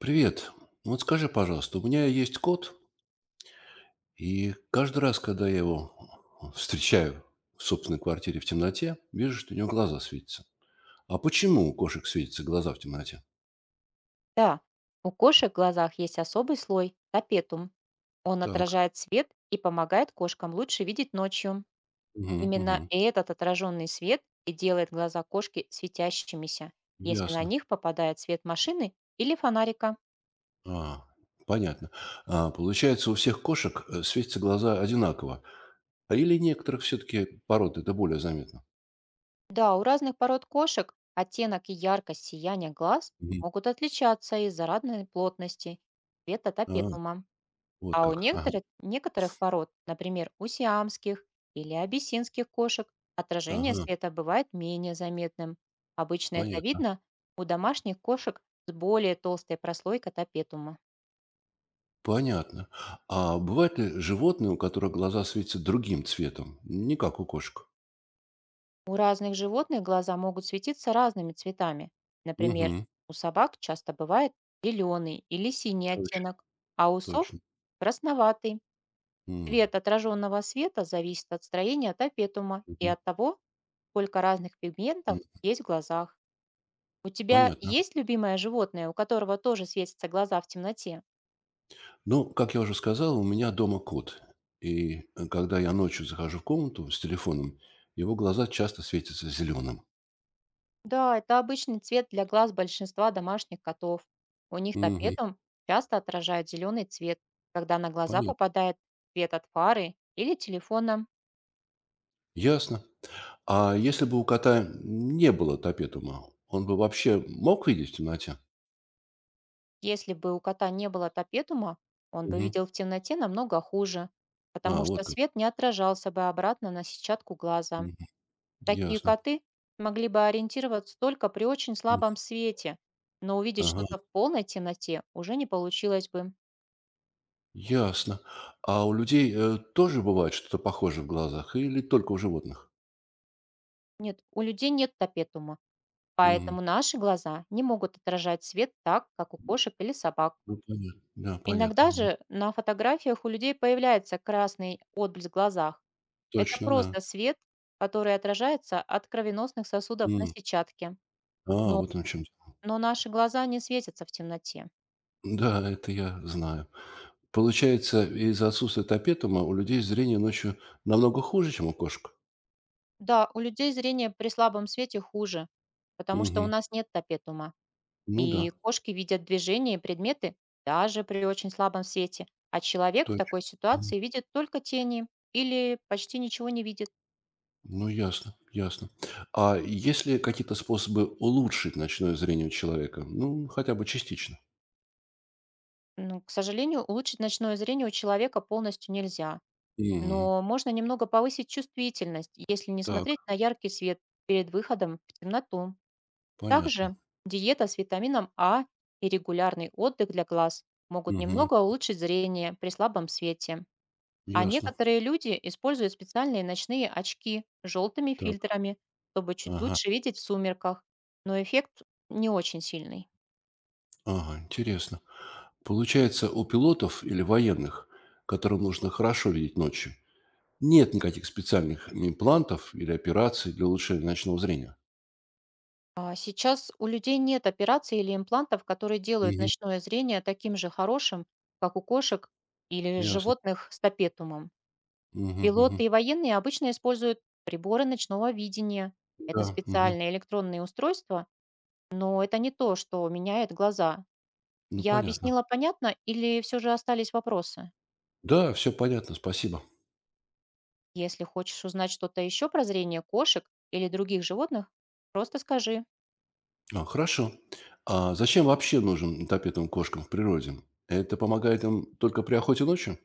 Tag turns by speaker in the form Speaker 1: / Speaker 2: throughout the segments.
Speaker 1: Привет. Вот скажи, пожалуйста, у меня есть кот, и каждый раз, когда я его встречаю в собственной квартире в темноте, вижу, что у него глаза светятся. А почему у кошек светятся глаза в темноте?
Speaker 2: Да, у кошек в глазах есть особый слой — тапетум. Он
Speaker 1: Так.
Speaker 2: отражает свет и помогает кошкам лучше видеть ночью.
Speaker 1: Мгм, мгм.
Speaker 2: Именно этот отраженный свет и делает глаза кошки светящимися, если на
Speaker 1: Ясно.
Speaker 2: них попадает свет машины или фонарика.
Speaker 1: А, понятно. А, получается, у всех кошек светятся глаза одинаково. А или некоторых все-таки пород это более заметно?
Speaker 2: Да, у разных пород кошек оттенок и яркость сияния глаз
Speaker 1: Мгм.
Speaker 2: могут отличаться из-за разной плотности света
Speaker 1: А,
Speaker 2: тапетума.
Speaker 1: вот
Speaker 2: А у
Speaker 1: как. Ага.
Speaker 2: некоторых пород, например, у сиамских или абиссинских кошек, отражение
Speaker 1: Ага.
Speaker 2: света бывает менее заметным. Обычно это
Speaker 1: Понятно.
Speaker 2: видно у домашних кошек с более толстой прослойкой топетума.
Speaker 1: Понятно. А бывают ли животные, у которых глаза светятся другим цветом, не как у кошек?
Speaker 2: У разных животных глаза могут светиться разными цветами. Например,
Speaker 1: Угу.
Speaker 2: у собак часто бывает зеленый или синий
Speaker 1: Точно,
Speaker 2: оттенок, а у сов —
Speaker 1: точно.
Speaker 2: красноватый.
Speaker 1: М,
Speaker 2: Цвет отраженного света зависит от строения топетума и
Speaker 1: мгм,
Speaker 2: от того, сколько разных
Speaker 1: м.
Speaker 2: пигментов есть в глазах. У тебя
Speaker 1: Понятно.
Speaker 2: есть любимое животное, у которого тоже светятся глаза в темноте?
Speaker 1: Ну, как я уже сказал, у меня дома кот. И когда я ночью захожу в комнату с телефоном, его глаза часто светятся зеленым.
Speaker 2: Да, это обычный цвет для глаз большинства домашних котов. У них
Speaker 1: Мгм.
Speaker 2: топетом часто отражают зеленый цвет, когда на глаза
Speaker 1: Понятно.
Speaker 2: попадает свет от фары или телефона.
Speaker 1: Ясно. А если бы у кота не было топетума, он бы вообще мог видеть в темноте?
Speaker 2: Если бы у кота не было топетума, он бы
Speaker 1: Мгм.
Speaker 2: видел в темноте намного хуже, потому
Speaker 1: А,
Speaker 2: что
Speaker 1: вот как.
Speaker 2: свет не отражался бы обратно на сетчатку глаза.
Speaker 1: Мгм.
Speaker 2: Такие
Speaker 1: Ясно.
Speaker 2: коты могли бы ориентироваться только при очень
Speaker 1: М.
Speaker 2: слабом свете, но увидеть
Speaker 1: Ага.
Speaker 2: что-то в полной темноте уже не получилось бы.
Speaker 1: Ясно. А у людей, тоже бывает что-то похожее в глазах или только у животных?
Speaker 2: Нет, у людей нет топетума,
Speaker 1: Мгм.
Speaker 2: поэтому наши глаза не могут отражать свет так, как у кошек или собак.
Speaker 1: Ну, понятно. Да, понятно.
Speaker 2: Иногда
Speaker 1: М.
Speaker 2: же на фотографиях у людей появляется красный отблеск в глазах. Это
Speaker 1: Точно, да.
Speaker 2: просто свет, который отражается от кровеносных сосудов на
Speaker 1: М.
Speaker 2: сетчатке.
Speaker 1: А,
Speaker 2: Но,
Speaker 1: вот оно в чем дело.
Speaker 2: но наши глаза не светятся в темноте.
Speaker 1: Да, это я знаю. Получается, из-за отсутствия топетума у людей зрение ночью намного хуже, чем у кошек?
Speaker 2: Да, у людей зрение при слабом свете хуже, потому что у
Speaker 1: Мгм.
Speaker 2: нас нет топетума.
Speaker 1: Ну
Speaker 2: И
Speaker 1: да,
Speaker 2: кошки видят движения и предметы даже при очень слабом свете, а человек в
Speaker 1: точно.
Speaker 2: такой
Speaker 1: М.
Speaker 2: ситуации видит только тени или почти ничего не видит.
Speaker 1: Ну, ясно, ясно. А есть ли какие-то способы улучшить ночное зрение у человека? Ну, хотя бы частично.
Speaker 2: Ну, к сожалению, улучшить ночное зрение у человека полностью нельзя,
Speaker 1: Мгм.
Speaker 2: но можно немного повысить чувствительность, если не
Speaker 1: Так,
Speaker 2: смотреть на яркий свет перед выходом в темноту.
Speaker 1: понятно.
Speaker 2: Также диета с витамином А и регулярный отдых для глаз могут
Speaker 1: Мгм.
Speaker 2: немного улучшить зрение при слабом свете. А
Speaker 1: Ясно.
Speaker 2: некоторые люди используют специальные ночные очки с желтыми
Speaker 1: Так.
Speaker 2: фильтрами, чтобы чуть
Speaker 1: Ага.
Speaker 2: лучше видеть в сумерках, но эффект не очень сильный.
Speaker 1: Ага. Интересно. Получается, у пилотов или военных, которым нужно хорошо видеть ночью, нет никаких специальных имплантов или операций для улучшения ночного зрения?
Speaker 2: А сейчас у людей нет операций или имплантов, которые делают
Speaker 1: Мгм.
Speaker 2: ночное зрение таким же хорошим, как у кошек или
Speaker 1: Ясно.
Speaker 2: животных с топетумом.
Speaker 1: Мгм, мгм.
Speaker 2: Пилоты и военные обычно используют приборы ночного видения. Это
Speaker 1: Да. Мгм.
Speaker 2: специальные электронные устройства, но это не то, что меняет глаза.
Speaker 1: Ну,
Speaker 2: Я
Speaker 1: понятно.
Speaker 2: объяснила понятно или все же остались вопросы?
Speaker 1: Да, все понятно. Спасибо.
Speaker 2: Если хочешь узнать что-то еще про зрение кошек или других животных, просто скажи.
Speaker 1: А, хорошо. А зачем вообще нужен тапетным кошкам в природе? Это помогает им только при охоте ночью?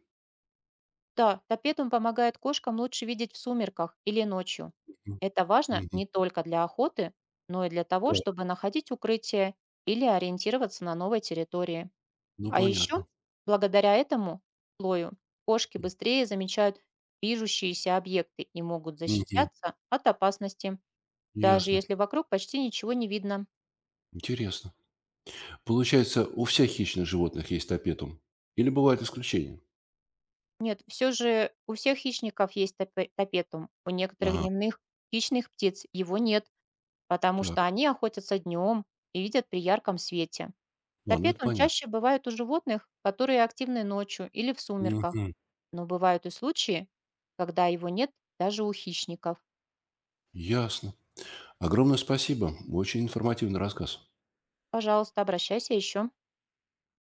Speaker 2: Да, топедум помогает кошкам лучше видеть в сумерках или ночью.
Speaker 1: Мгм.
Speaker 2: Это важно не только для охоты, но и для того,
Speaker 1: Так.
Speaker 2: чтобы находить укрытие или ориентироваться на новой территории.
Speaker 1: Ну,
Speaker 2: А еще,
Speaker 1: понятно.
Speaker 2: благодаря этому слою, кошки быстрее замечают движущиеся объекты и могут
Speaker 1: Мгм.
Speaker 2: защищаться от опасности, даже
Speaker 1: Ясно.
Speaker 2: если вокруг почти ничего не видно.
Speaker 1: Интересно. Получается, у всех хищных животных есть топетум? Или бывают исключения?
Speaker 2: Нет, все же у всех хищников есть топетум, у некоторых
Speaker 1: Ага,
Speaker 2: дневных хищных птиц его нет, потому
Speaker 1: так.
Speaker 2: что они охотятся днем и видят при ярком свете.
Speaker 1: Ладно, это
Speaker 2: Топетум
Speaker 1: понятно.
Speaker 2: чаще бывает у животных, которые активны ночью или в сумерках,
Speaker 1: Мгм.
Speaker 2: но бывают и случаи, когда его нет даже у хищников.
Speaker 1: Ясно. Огромное спасибо. Очень информативный рассказ.
Speaker 2: Пожалуйста, обращайся еще.